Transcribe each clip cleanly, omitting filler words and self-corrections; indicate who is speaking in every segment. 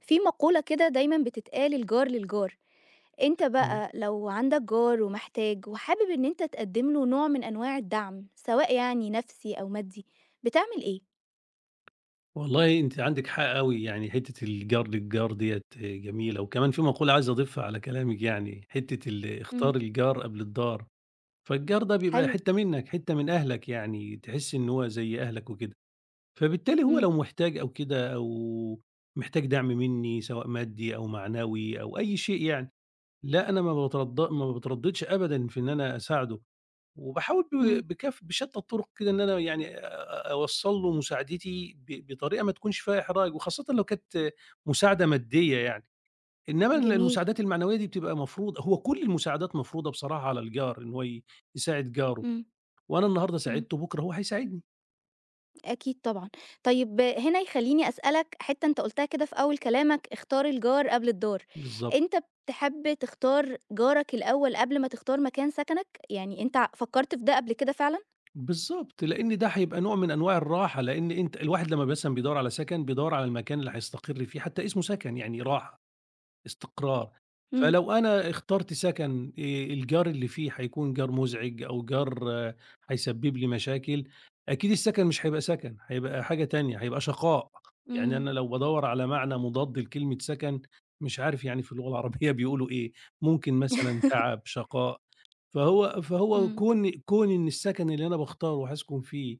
Speaker 1: في مقولة كده دايما بتتقال: الجار للجار. انت
Speaker 2: إمم.
Speaker 1: بقى لو عندك جار ومحتاج وحابب ان انت تقدم له نوع من انواع الدعم سواء يعني نفسي او مادي، بتعمل ايه؟
Speaker 2: والله أنتِ عندِك حق أوي، يعني حتّة الجار للجار ديّة جميلة، وكمان في مقولة عايز أضيفها على كلامِك يعني، حتّة
Speaker 1: امم.
Speaker 2: اختار الجار قبل الدار. فالجار ده بيبقى
Speaker 1: حلو.
Speaker 2: حتّة منّك، حتّة من أهلك يعني، تحسّي إن هو زي أهلك وكده، فبالتالي هو
Speaker 1: امم.
Speaker 2: لو محتاج أو كده أو محتاج دعم منّي سواء مادي أو معنوي أو أي شيء يعني، لأ أنا ما باتردّدش أبدًا في إن أنا أساعده. وباحاول
Speaker 1: امم.
Speaker 2: بكاف بشتى الطرق كده إن أنا يعني أوصّل له مساعدتي بطريقة ما تكونش فيها إحراج، وخاصةً لو كانت مساعدة مادية يعني. إنما
Speaker 1: جميل.
Speaker 2: المساعدات المعنوية دي بتبقى مفروض هو كل المساعدات مفروضة بصراحة على الجار إن هو يساعد جاره،
Speaker 1: امم.
Speaker 2: وأنا النهارده
Speaker 1: امم.
Speaker 2: ساعدته بُكرة هو هيساعدني.
Speaker 1: اكيد طبعا. طيب هنا يخليني اسالك: حتة انت قلتها كده في اول كلامك، اختار الجار قبل الدار.
Speaker 2: بالضبط،
Speaker 1: انت بتحب تختار جارك الاول قبل ما تختار مكان سكنك؟ يعني انت فكرت في ده قبل كده فعلا؟
Speaker 2: بالضبط، لإن ده هيبقى نوع من أنواع الراحة، لإن أنت الواحد لمّا مثلًا بيدوّر على سكن، بيدوّر على المكان اللي هيستقر فيه، حتى اسمه سكن يعني راحة. استقرار.
Speaker 1: امم.
Speaker 2: فلو أنا اخترت سكن الجار اللي فيه هيكون جار مُزعِج أو جار هيسبب لي مشاكل، أكيد السكن مش هيبقى سكن، هيبقى حاجة تانية، هيبقى شقاء. يعني
Speaker 1: امم.
Speaker 2: أنا لو بادوّر على معنى مضاد لكلمة سكن، مش عارف يعني في اللغة العربية بيقولوا إيه، ممكن مثلًا تعب، شقاء. فهو
Speaker 1: إمم،
Speaker 2: كون إن السكن اللي أنا باختاره هاسكن فيه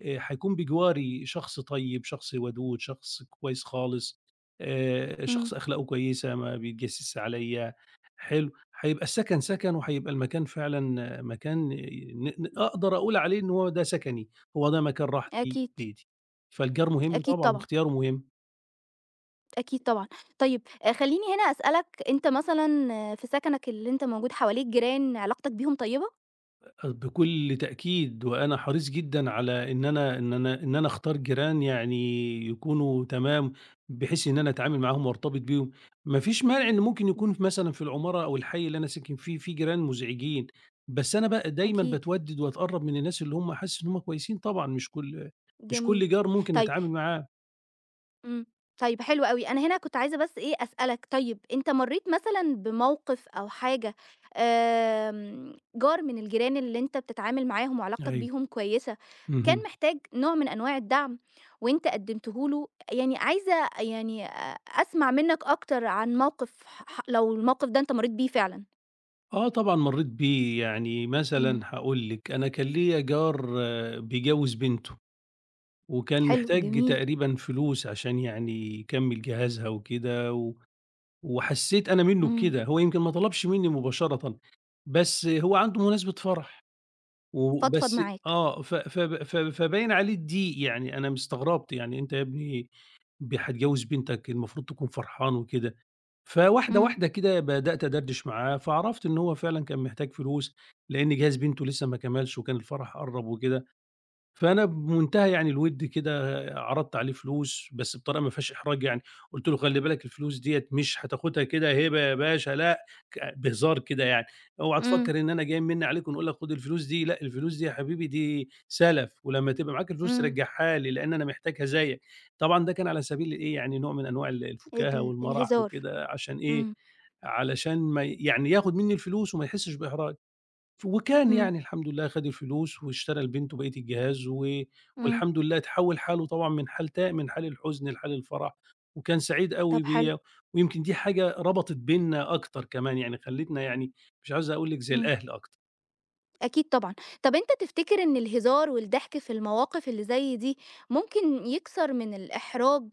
Speaker 2: هيكون بجواري شخص طيب، شخص ودود، شخص كويس خالص،
Speaker 1: إمم،
Speaker 2: شخص أخلاقه كويسة، ما بيتجسِّسش عليّا، حلو، هيبقى السكن سكن وهيبقى المكان فعلًا مكان ن ن أقدر أقول عليه إن هو ده سكني، هو ده مكان راحتي،
Speaker 1: أكيد،
Speaker 2: بيتي. فالجار مهم
Speaker 1: أكيد
Speaker 2: طبعًا
Speaker 1: طبعًا،
Speaker 2: واختياره مهم.
Speaker 1: أكيد طبعًا. طيب خلّيني هنا أسألك، أنت مثلًا في سكنك اللي أنت موجود حواليك جيران، علاقتك بيهم طيبة؟
Speaker 2: بكل تأكيد، وأنا حريص جدًا على إن أنا أختار جيران يعني يكونوا تمام، بحيث إن أنا أتعامل معاهم وأرتبط بيهم. ما فيش مانع إن ممكن يكون مثلًا في العمارة أو الحي اللي أنا ساكن فيه، في جيران مزعجين، بس أنا بقى دايمًا
Speaker 1: أكيد،
Speaker 2: باتودد وأتقرب من الناس اللي هم حاسس إن هم كويسين طبعًا، مش كل مش
Speaker 1: جميل.
Speaker 2: كل جار ممكن
Speaker 1: طيب.
Speaker 2: أتعامل معاه.
Speaker 1: إمم. طيب حلو أوي. أنا هنا كنت عايزة بس إيه، أسألك: طيب أنت مرّيت مثلًا بموقف أو حاجة جار من الجيران اللي أنت بتتعامل معاهم وعلاقتك
Speaker 2: أيوه،
Speaker 1: بيهم كويسة، كان
Speaker 2: اهم.
Speaker 1: محتاج نوع من أنواع الدعم وأنت قدّمته له؟ يعني عايزة يعني أسمع منّك أكتر عن موقف، ح ح لو الموقف ده أنت مرّيت بيه فعلًا.
Speaker 2: آه طبعًا مرّيت بيه، يعني مثلًا
Speaker 1: إمم.
Speaker 2: هاقول لِك، أنا كان ليّا جار بيجوّز بنته. وكان
Speaker 1: حلو،
Speaker 2: محتاج
Speaker 1: جميل.
Speaker 2: تقريبًا فلوس عشان يعني يكمّل جهازها وكده، وحسّيت أنا منّه
Speaker 1: إمم.
Speaker 2: بكده، هو يمكن ما طلبش منّي مباشرةً، بس هو عنده مناسبة فرح،
Speaker 1: فضفض
Speaker 2: وبس
Speaker 1: معاك.
Speaker 2: ف فب ف فباين عليه الضيق، يعني أنا استغربت يعني أنت يا ابني هتجوّز بنتك المفروض تكون فرحان وكده، فواحدة،
Speaker 1: إمم.
Speaker 2: واحدة كده بدأت أدردش معاه، فعرفت إن هو فعلًا كان محتاج فلوس، لإن جهاز بنته لسه ما كملش وكان الفرح قرّب وكده. فأنا بمنتهى يعني الوِد كده عرضت عليه فلوس، بس بطريقة ما فيهاش إحراج يعني، قُلت له: "خلّي بالك الفلوس ديّة مش هتاخدها كده هبة يا باشا، لأ بهزار كده يعني، اوعى
Speaker 1: إمم.
Speaker 2: تفكّر إن أنا جاي نمِّن عليك ونقول لك خُد الفلوس دي، لأ الفلوس دي يا حبيبي دي سَلَف، ولمّا تبقى معاك الفلوس
Speaker 1: إمم.
Speaker 2: رجّعها لي لإن أنا محتاجها زيّك." طبعًا ده كان على سبيل الإيه، يعني نوع من أنواع الفُكاهة
Speaker 1: ال
Speaker 2: والمَرَح
Speaker 1: الهزار.
Speaker 2: وكده عشان إيه،
Speaker 1: إمم.
Speaker 2: علشان ما يعني ياخُد منّي الفلوس وما يحسّش بإحراج. وكان
Speaker 1: إمم.
Speaker 2: يعني الحمد لله خَد الفلوس واشترى لبنته بقية الجهاز
Speaker 1: إمم.
Speaker 2: والحمد لله اتحوّل حاله طبعًا من حال الحزن لحال الفرح، وكان سعيد
Speaker 1: طب
Speaker 2: أوي
Speaker 1: حلو.
Speaker 2: بيّا، ويمكن دي حاجة ربطت بيننا أكتر كمان، يعني خلّتنا يعني مش عاوز أقول لِك زي
Speaker 1: إمم.
Speaker 2: الأهل أكتر.
Speaker 1: أكيد طبعًا. طب أنت تفتكر إن الهزار والضحك في المواقف اللي زي دي ممكن يكسر من الإحراج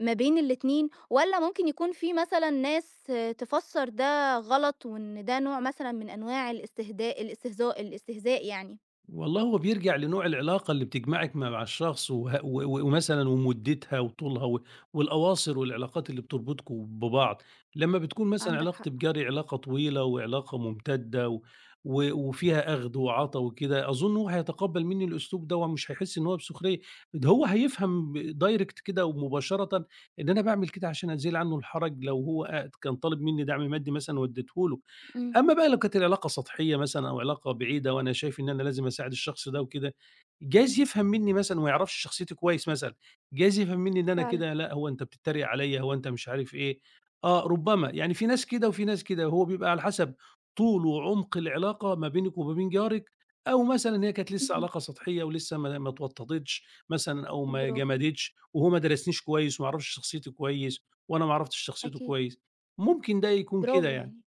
Speaker 1: ما بين الاتنين، والّا ممكن يكون في مثلًا ناس تفسّر ده غلط، وإن ده نوع مثلًا من أنواع الاستهداء الاستهزاء الاستهزاء يعني؟
Speaker 2: والله هو بيرجع لنوع العلاقة اللي بتجمعِك مع الشخص وه و و ومثلًا ومُدّتها وطولها والأواصر والعلاقات اللي بتربطكم ببعض، لمّا بتكون مثلًا
Speaker 1: عندك
Speaker 2: علاقة
Speaker 1: حق،
Speaker 2: الجَرْي علاقة طويلة وعلاقة ممتدة و و وفيها أخْد وعَطا وكده، أظُن هو هيتقبّل منّي الأسلوب دوّة مش هيحس إن هو بسُخرية، ده هو هيفهم ب direct كده ومباشرة إن أنا باعمل كده عشان أزيل عنّه الحَرَج لو هو كان طالب منّي دعم مادّي مثلًا وادّيته له.
Speaker 1: إمم،
Speaker 2: أمّا بقى لو كانت العلاقة سطحية مثلًا أو علاقة بعيدة وأنا شايف إن أنا لازم أساعد الشخص ده وكده، جايز يفهم منّي مثلًا وما يعرفش شخصيتي كويس مثلًا، جايز يفهم منّي إن أنا
Speaker 1: فعلًا،
Speaker 2: كده لأ، هو أنت بتتريق عليّا، هو أنت مش عارف إيه، آه، ربما، يعني في ناس كده وفي ناس كده، هو بيبقى على حسب طول وعمق العلاقة ما بينِك وما بين جارِك، أو مثلًا هي كانت لسه
Speaker 1: إمم،
Speaker 2: علاقة سطحية ولسه ما اتوطّدتش مثلًا أو ما
Speaker 1: برافو،
Speaker 2: جمدتش وهو ما درسنيش كويس وما يعرفش شخصيتي كويس وأنا ما عرفتش شخصيته
Speaker 1: أكيد،
Speaker 2: كويس، ممكن ده يكون كده
Speaker 1: برافو
Speaker 2: يعني.
Speaker 1: يعني.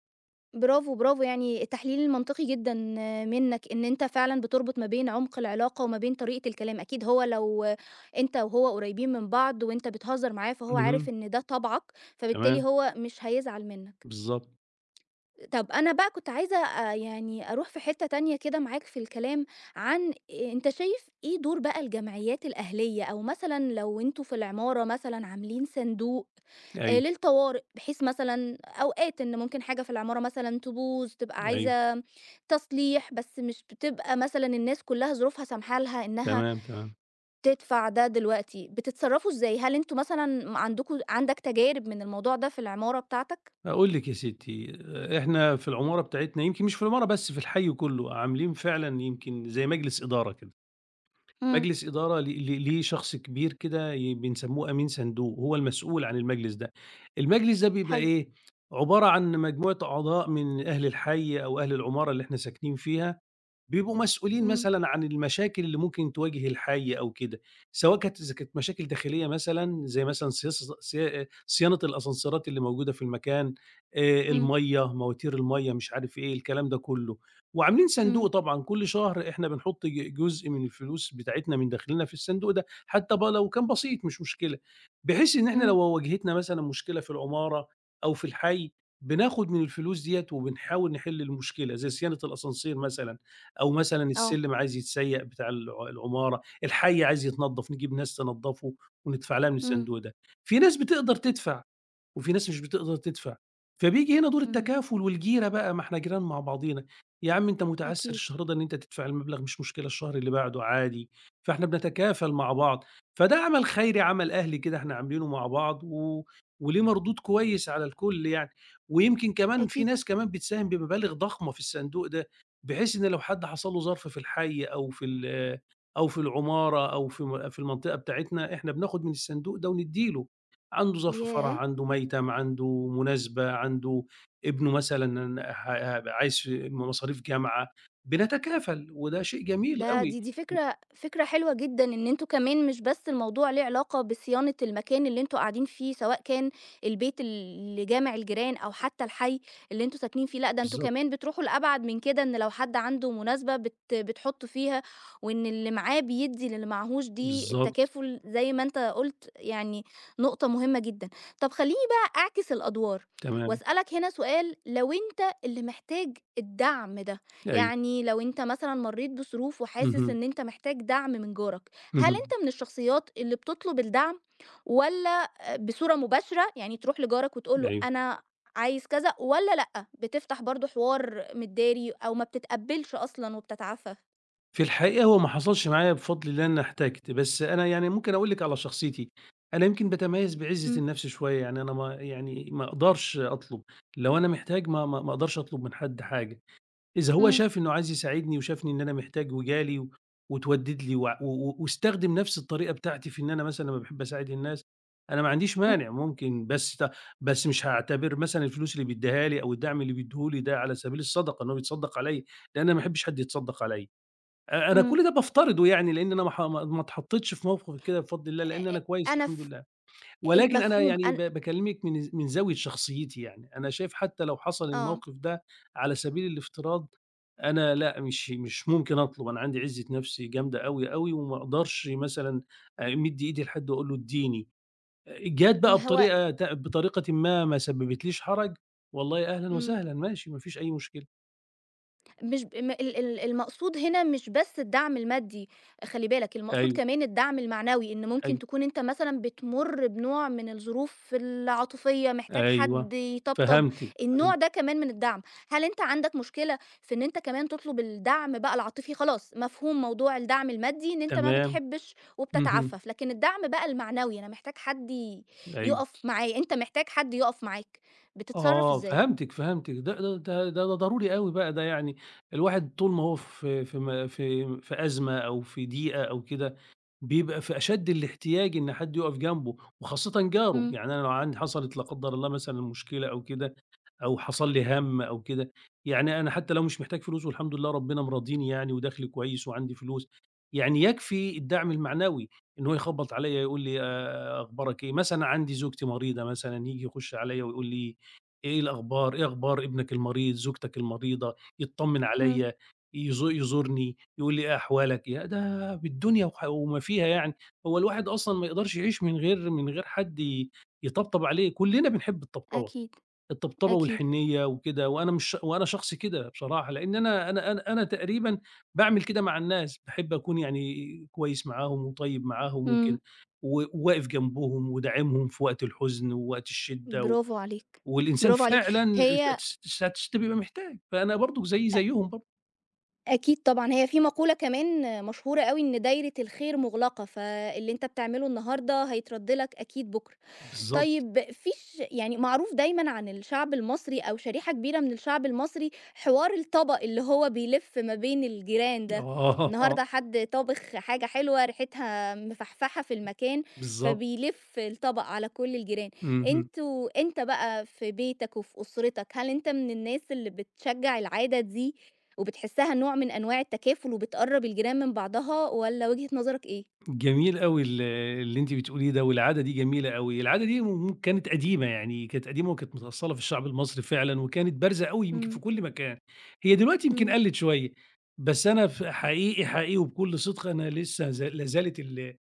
Speaker 1: برافو، برافو، يعني التحليل المنطقي جدًا منّك، إن أنت فعلًا بتربط ما بين عمق العلاقة وما بين طريقة الكلام. أكيد هو لو أنت وهو قريبين من بعض وأنت بتهزر معاه، فهو عارف
Speaker 2: اهم.
Speaker 1: إن ده طبعك، فبالتالي
Speaker 2: تمام،
Speaker 1: هو مش هيزعل منّك.
Speaker 2: بالضبط.
Speaker 1: طب أنا بقى كنت عايزة يعني أروح في حتّة تانية كده معاك في الكلام عن إيه، أنت شايف إيه دور بقى الجمعيات الأهلية؟ أو مثلًا لو أنتم في العمارة مثلًا عاملين صندوق
Speaker 2: أيوه،
Speaker 1: للطوارئ، بحيث مثلًا أوقات إن ممكن حاجة في العمارة مثلًا تبوظ، تبقى
Speaker 2: أيوه.
Speaker 1: عايزة تصليح، بس مش بتبقى مثلًا الناس كلّها ظروفها سامحة لها إنها
Speaker 2: تمام، تمام.
Speaker 1: تدفع ده دلوقتي، بتتصرّفوا إزاي؟ هل أنتم مثلًا عندك تجارب من الموضوع ده في العمارة بتاعتك؟
Speaker 2: هاقول لِك يا ستّي، إحنا في العمارة بتاعتنا يمكن مش في العمارة بس، في الحي كُلّه، عاملين فعلًا يمكن زي مجلس إدارة كده.
Speaker 1: إمم،
Speaker 2: مجلس إدارة ل ل ليه شخص كبير كده بنسمّوه أمين صندوق، هو المسؤول عن المجلس ده. المجلس ده بيبقى
Speaker 1: حلو،
Speaker 2: إيه، عبارة عن مجموعة أعضاء من أهل الحي أو أهل العمارة اللي إحنا ساكنين فيها بيبقوا مسؤولين
Speaker 1: إمم،
Speaker 2: مثلًا عن المشاكل اللي ممكن تواجه الحي أو كده، سواء كانت إذا كانت مشاكل داخلية مثلًا زي مثلًا صياصة صيا صيانة الأسانسيرات اللي موجودة في المكان،
Speaker 1: إمم.
Speaker 2: المَيّة، مواتير المَيّة، مش عارف إيه، الكلام ده كله. وعاملين
Speaker 1: إمم،
Speaker 2: صندوق طبعًا كل شهر إحنا بنحط جزء من الفلوس بتاعتنا من دخلنا في الصندوق ده، حتى بقى لو كان بسيط مش مشكلة، بحيث إن إحنا
Speaker 1: إمم،
Speaker 2: لو واجهتنا مثلًا مشكلة في العمارة أو في الحي، بناخد من الفلوس ديّة وبنحاول نحل المشكلة، زي صيانة الأسانسير مثلًا. أو مثلًا
Speaker 1: آه،
Speaker 2: السلِّم عايز يتسيّق بتاع العمارة، الحي عايز يتنضّف، نجيب ناس تنضّفه وندفع لها من
Speaker 1: إمم،
Speaker 2: الصندوق ده. في ناس بتقدر تدفع، وفي ناس مش بتقدر تدفع. فبييجي هنا دور
Speaker 1: إمم،
Speaker 2: التكافل والجيرة بقى، ما إحنا جيران مع بعضينا، يا عم أنت متعثّر
Speaker 1: أكيد،
Speaker 2: الشهر ده إن أنت تدفع المبلغ مش مشكلة الشهر اللي بعده عادي، فإحنا بنتكافل مع بعض. فده عمل خيري، عمل أهلي كده إحنا عاملينه مع بعض وليه مردود كويس على الكل يعني. ويمكن كمان في
Speaker 1: أكيد،
Speaker 2: ناس كمان بتساهم بمبالغ ضخمة في الصندوق ده، بحيث إن لو حد حصل له ظرف في الحي أو في ال أو في العمارة أو في المنطقة بتاعتنا، إحنا بناخد من الصندوق ده وندّي له. عنده ظرف فرح،
Speaker 1: ياه!
Speaker 2: عنده ميتم، عنده مناسبة، عنده ابنه مثلًا ه ه عايز مصاريف جامعة، بنتكافل وده شيء جميل
Speaker 1: ده دي
Speaker 2: أوي.
Speaker 1: دي فكرة فكرة حلوة جدًا، إن أنتم كمان مش بس الموضوع ليه علاقة بصيانة المكان اللي أنتم قاعدين فيه، سواء كان البيت اللي جامع الجيران أو حتى الحي اللي أنتم ساكنين فيه. لأ، ده أنتم
Speaker 2: بالضبط،
Speaker 1: كمان بتروحوا لأبعد من كده، إن لو حد عنده مناسبة بتحطوا فيها، وإن اللي معاه بيدّي للي معاهوش. دي
Speaker 2: بالضبط،
Speaker 1: التكافل زي ما أنت قُلت، يعني نقطة مهمة جدًا. طب خلّيني بقى أعكس الأدوار
Speaker 2: تمام،
Speaker 1: وأسألك هنا سؤال: لو أنت اللي محتاج الدعم ده،
Speaker 2: أيوه،
Speaker 1: يعني لو أنت مثلًا مرّيت بظروف وحاسس
Speaker 2: اهم،
Speaker 1: إن أنت محتاج دعم من جارك، هل أنت
Speaker 2: اهم،
Speaker 1: من الشخصيات اللي بتطلب الدعم؟ والّا بصورة مباشرة، يعني تروح لجارك وتقول له:
Speaker 2: أيوه.
Speaker 1: أنا عايز كذا، والّا لأ، بتفتح برضه حوار متداري أو ما بتتقبّلش أصلًا وبتتعافى؟
Speaker 2: في الحقيقة هو ما حصلش معايا بفضل الله إن أنا احتجت، بس أنا يعني ممكن أقول لِك على شخصيتي، أنا يمكن باتميّز بعزة
Speaker 1: إمم،
Speaker 2: النفس شوية، يعني أنا ما يعني ما أقدرش أطلب، لو أنا محتاج ما أقدرش أطلب من حد حاجة. إذا هو
Speaker 1: إمم،
Speaker 2: شاف إنه عايز يساعدني وشافني إن أنا محتاج وجالي واتودِّد لي وع و و واستخدم نفس الطريقة بتاعتي في إن أنا مثلًا لمّا باحب أساعد الناس، أنا ما عنديش
Speaker 1: إمم،
Speaker 2: مانع ممكن بس مش هاعتبر مثلًا الفلوس اللي بيدّيها لي أو الدعم اللي بيدّيه لي ده على سبيل الصدقة إن هو بيتصدّق عليّا، لإن أنا ما احبش حد يتصدّق عليّا. أنا
Speaker 1: إمم.
Speaker 2: كل ده بافترضه يعني لإن أنا ما ح ما ما اتحطّيتش في موقف كده بفضل الله، لإن أنا
Speaker 1: آآ
Speaker 2: كويس
Speaker 1: أنا
Speaker 2: الحمد
Speaker 1: ف
Speaker 2: لله. ولكن أنا
Speaker 1: المفهوم
Speaker 2: يعني
Speaker 1: أن،
Speaker 2: باكلمِك من زاوية شخصيتي يعني، أنا شايف حتى لو حصل
Speaker 1: آه،
Speaker 2: الموقف ده على سبيل الافتراض، أنا لأ، مش ممكن أطلب، أنا عندي عزة نفسي جامدة أوي، أوي، وما أقدرش مثلًا أمِد إيدي لحد وأقول له ادّيني، جات بقى
Speaker 1: ما هو.
Speaker 2: بطريقةٍ ما سببتليش حرج، والله أهلًا
Speaker 1: إمم.
Speaker 2: وسهلًا ماشي ما فيش أي مشكلة،
Speaker 1: مش ب م ال ال المقصود هنا مش بس الدعم المادي، خلّي بالك المقصود
Speaker 2: أيوه،
Speaker 1: كمان الدعم المعنوي، إن ممكن
Speaker 2: أيوه،
Speaker 1: تكون أنت مثلًا بتمُر بنوع من الظروف العاطفية، محتاج
Speaker 2: أيوه،
Speaker 1: حد يطبطب،
Speaker 2: فهمتِك،
Speaker 1: النوع
Speaker 2: فهمت
Speaker 1: ده كمان من الدعم. هل أنت عندك مشكلة في إن أنت كمان تطلب الدعم بقى العاطفي؟ خلاص مفهوم موضوع الدعم المادي إن أنت ما
Speaker 2: تمام،
Speaker 1: بتحبش
Speaker 2: اهم،
Speaker 1: وبتتعفّف، لكن الدعم بقى المعنوي، أنا محتاج حد ي
Speaker 2: أيوه.
Speaker 1: يُقف معايا، أنت محتاج حد يُقف معاك، بتتصرّف
Speaker 2: آه،
Speaker 1: إزاي؟
Speaker 2: فهمتِك، فهمتِك، ده ضروري أوي بقى، ده يعني الواحد طول ما هو في أزمة أو في ضيقة أو كده، بيبقى في أشد الاحتياج إن حد يُقف جنبه، وخاصةً جاره،
Speaker 1: إمم،
Speaker 2: يعني أنا لو عندي حصلت لا قدّر الله مثلًا مشكلة أو كده، أو حصل لي هَم أو كده، يعني أنا حتى لو مش محتاج فلوس والحمد لله ربنا مرضيني يعني ودخلي كويس وعندي فلوس، يعني يكفي الدعم المعنوي إن هو يخبّط عليَّ يقول لي أخبارك إيه؟ مثلًا عندي زوجتي مريضة مثلًا ييجي يخش عليَّ ويقول لي إيه الأخبار، إيه أخبار ابنك المريض، زوجتك المريضة، يتطمن
Speaker 1: إمم،
Speaker 2: عليَّ، يزورني، يقول لي إيه أحوالك، يا ده بالدنيا وما فيها يعني، هو الواحد أصلًا ما يقدرش يعيش من غير حد يطبطب عليه، كلنا بنحب الطبطبة.
Speaker 1: أكيد،
Speaker 2: الطبطبة
Speaker 1: أكيد،
Speaker 2: والحنيّة وكده، وأنا مش وأنا شخص كده بصراحة، لإن أنا تقريبًا باعمل كده مع الناس، باحب أكون يعني كويس معاهم وطيب معاهم
Speaker 1: إمم.
Speaker 2: وكده، وواقف جنبهم وداعمهم في وقت الحزن ووقت الشدة،
Speaker 1: برافو عليك،
Speaker 2: والإنسان
Speaker 1: برافو عليك.
Speaker 2: فعلًا
Speaker 1: هي
Speaker 2: س س ساعة الشتا بيبقى محتاج، فأنا برضه زيي
Speaker 1: أ
Speaker 2: زيهم برضه.
Speaker 1: أكيد طبعًا. هي في مقولة كمان مشهورة أوي، إن دايرة الخير مُغلقة، فاللي أنت بتعمله النهارده هيترد لك أكيد بُكرة.
Speaker 2: بالضبط،
Speaker 1: طيب فيش يعني معروف دايمًا عن الشعب المصري أو شريحة كبيرة من الشعب المصري حوار الطبق اللي هو بيلِف ما بين الجيران ده،
Speaker 2: آه،
Speaker 1: النهارده حد طابخ حاجة حلوة ريحتها مفحفحة في المكان،
Speaker 2: بالضبط،
Speaker 1: فبيلِف الطبق على كل الجيران.
Speaker 2: اهم.
Speaker 1: أنت بقى في بيتك وفي أسرتك، هل أنت من الناس اللي بتشجّع العادة دي وبتحسّها نوع من أنواع التكافل وبتقرّب الجيران من بعضها، والّا وجهة نظرك إيه؟
Speaker 2: جميل أوي اللي أنتِ بتقوليه ده، والعادة دي جميلة أوي، العادة دي كانت قديمة يعني كانت قديمة وكانت متأصّلة في الشعب المصري فعلًا، وكانت بارزة أوي يمكن في
Speaker 1: إمم،
Speaker 2: كل مكان، هي دلوقتي يمكن
Speaker 1: إمم،
Speaker 2: قلّت شوية، بس أنا حقيقي، حقيقي وبكل صدق أنا لسه لا زالت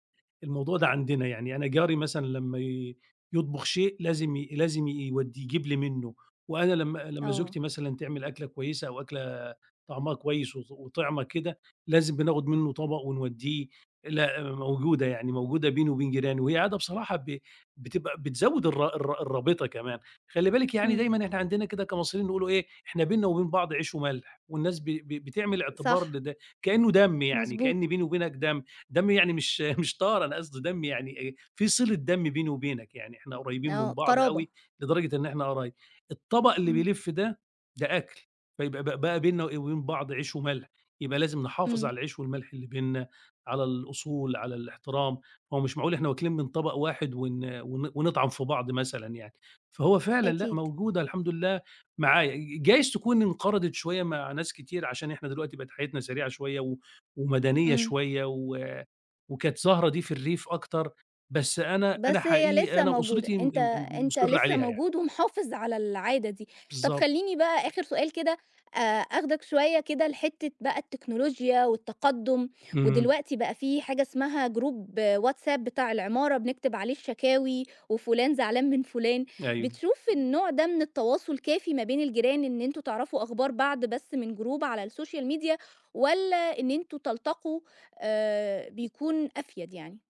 Speaker 2: الموضوع ده عندنا، يعني أنا جاري مثلًا لمّا يطبخ شيء لازم لازم يجيب لي منّه، وأنا لمّا
Speaker 1: آه،
Speaker 2: زوجتي مثلًا تعمل أكلة كويسة أو أكلة طعمها كويس وطِعمة كده، لازم بناخُد منّه طبق ونودّيه، لأ، موجودة، يعني موجودة بيني وبين جيراني، وهي عادة بصراحة بتبقى بتزوّد الرابطة كمان، خلّي بالِك يعني
Speaker 1: إمم،
Speaker 2: دايمًا إحنا عندنا كده كمصريين نقولوا إيه، إحنا بيننا وبين بعض عيش وملح، والناس ب ب بتعمل
Speaker 1: صح،
Speaker 2: اعتبار لده كإنه دم يعني،
Speaker 1: مضبوط.
Speaker 2: كإن بيني وبينك دم، دم يعني مش مش طار أنا قصدي دم يعني إيه، في صلة دم بيني وبينك، يعني إحنا قريبين
Speaker 1: آه،
Speaker 2: من بعض
Speaker 1: قرابة،
Speaker 2: أوي لدرجة إن إحنا قرايب. الطبق اللي
Speaker 1: إمم،
Speaker 2: بيلِف ده، ده أكل، فيبقى بقى بيننا وبين بعض عيش وملح، يبقى لازم نحافظ
Speaker 1: إمم،
Speaker 2: على العيش والملح اللي بيننا على الأصول، على الاحترام، هو مش معقول إحنا واكلين من طبق واحد ون ون ونطعن في بعض مثلًا يعني، فهو فعلًا لأ
Speaker 1: أكيد،
Speaker 2: موجودة الحمد لله معايا، جايز تكون انقرضت شوية مع ناس كتير عشان إحنا دلوقتي بقت حياتنا سريعة شوية ومدنية
Speaker 1: إمم.
Speaker 2: شوية وكانت ظاهرة دي في الريف أكتر، بس أنا
Speaker 1: بس هي
Speaker 2: حقيقي
Speaker 1: لسه
Speaker 2: أنا
Speaker 1: موجودة.
Speaker 2: وأسرتي م
Speaker 1: أنت
Speaker 2: م
Speaker 1: أنت
Speaker 2: مُصِر
Speaker 1: لسه
Speaker 2: عليها يعني،
Speaker 1: موجود ومحافظ على العادة دي. طب
Speaker 2: بالضبط،
Speaker 1: خلّيني بقى آخر سؤال كده، آخدك شوية كده لحتّة بقى التكنولوجيا والتقدُّم،
Speaker 2: اهم،
Speaker 1: ودلوقتي بقى في حاجة اسمها جروب WhatsApp بتاع العمارة، بنكتب عليه الشكاوي وفلان زعلان من فلان،
Speaker 2: أيوه.
Speaker 1: بتشوف النوع ده من التواصل كافي ما بين الجيران إن أنتم تعرفوا أخبار بعض بس من جروب على السوشيال ميديا، والّا إن أنتم تلتقوا بيكون أفيد يعني؟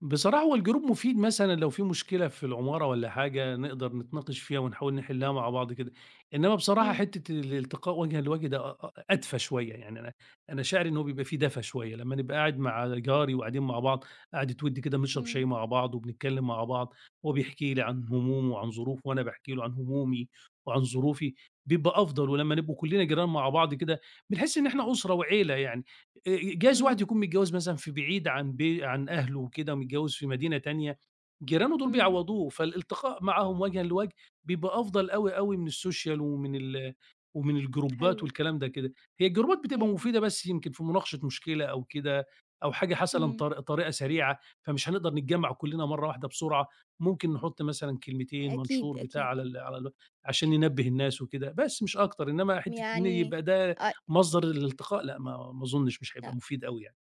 Speaker 2: بصراحة هو الجروب مفيد مثلًا لو في مشكلة في العمارة والّا حاجة نقدر نتناقش فيها ونحاول نحلها مع بعض كده، إنما بصراحة
Speaker 1: إمم،
Speaker 2: حتة الالتقاء وجهًا لوجه ده أ أ أدفى شوية، يعني أنا شاعر إن هو بيبقى في دفى شوية، لمّا نبقى قاعد مع جاري وقاعدين مع بعض قعدة وِد كده بنشرب شاي
Speaker 1: إمم،
Speaker 2: مع بعض وبنتكلم مع بعض، هو بيحكي لي عن همومه وعن ظروفه وأنا باحكي له عن همومي وعن ظروفي، بيبقى أفضل، ولمّا نبقوا كلنا جيران مع بعض كده بنحس إن إحنا أسرة وعيلة يعني. جايز واحد
Speaker 1: إمم.
Speaker 2: يكون متجوّز مثلًا في بعيد عن أهله وكده ومتجوّز في مدينة تانية، جيرانه دول
Speaker 1: إمم،
Speaker 2: بيعوّضوه، فالالتقاء معاهم وجهًا لوجه بيبقى أفضل أوي، أوي من السوشيال ومن الجروبات
Speaker 1: حلو.
Speaker 2: والكلام ده كده. هي الجروبات بتبقى
Speaker 1: يعني
Speaker 2: مفيدة بس يمكن في مناقشة مشكلة أو كده أو حاجة حصل
Speaker 1: إمم،
Speaker 2: طريقة سريعة، فمش هنقدر نتجمّع كلّنا مرّة واحدة بسرعة، ممكن نحُط مثلًا كلمتين،
Speaker 1: أكيد،
Speaker 2: منشور، بتاع
Speaker 1: أكيد.
Speaker 2: على ال على ال عشان ننبّه الناس وكده، بس مش أكتر، إنّما حتّة إن
Speaker 1: يعني
Speaker 2: يبقى ده
Speaker 1: أ
Speaker 2: مصدر الالتقاء لأ، ما أظنش مش
Speaker 1: أ
Speaker 2: هيبقى مفيد أوي يعني.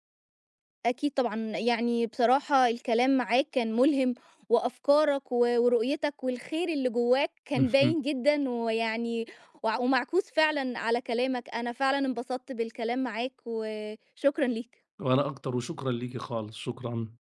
Speaker 1: أكيد طبعًا. يعني بصراحة الكلام معاك كان ملهم، وأفكارك ورؤيتك والخير اللي جواك كان
Speaker 2: اهم.
Speaker 1: باين جدًا، ويعني ومعكوس فعلًا على كلامك. أنا فعلًا انبسطت بالكلام معاك، وشكرًا ليك.
Speaker 2: ولا أكتر، وشكرًا ليكِ خالص، شكرًا.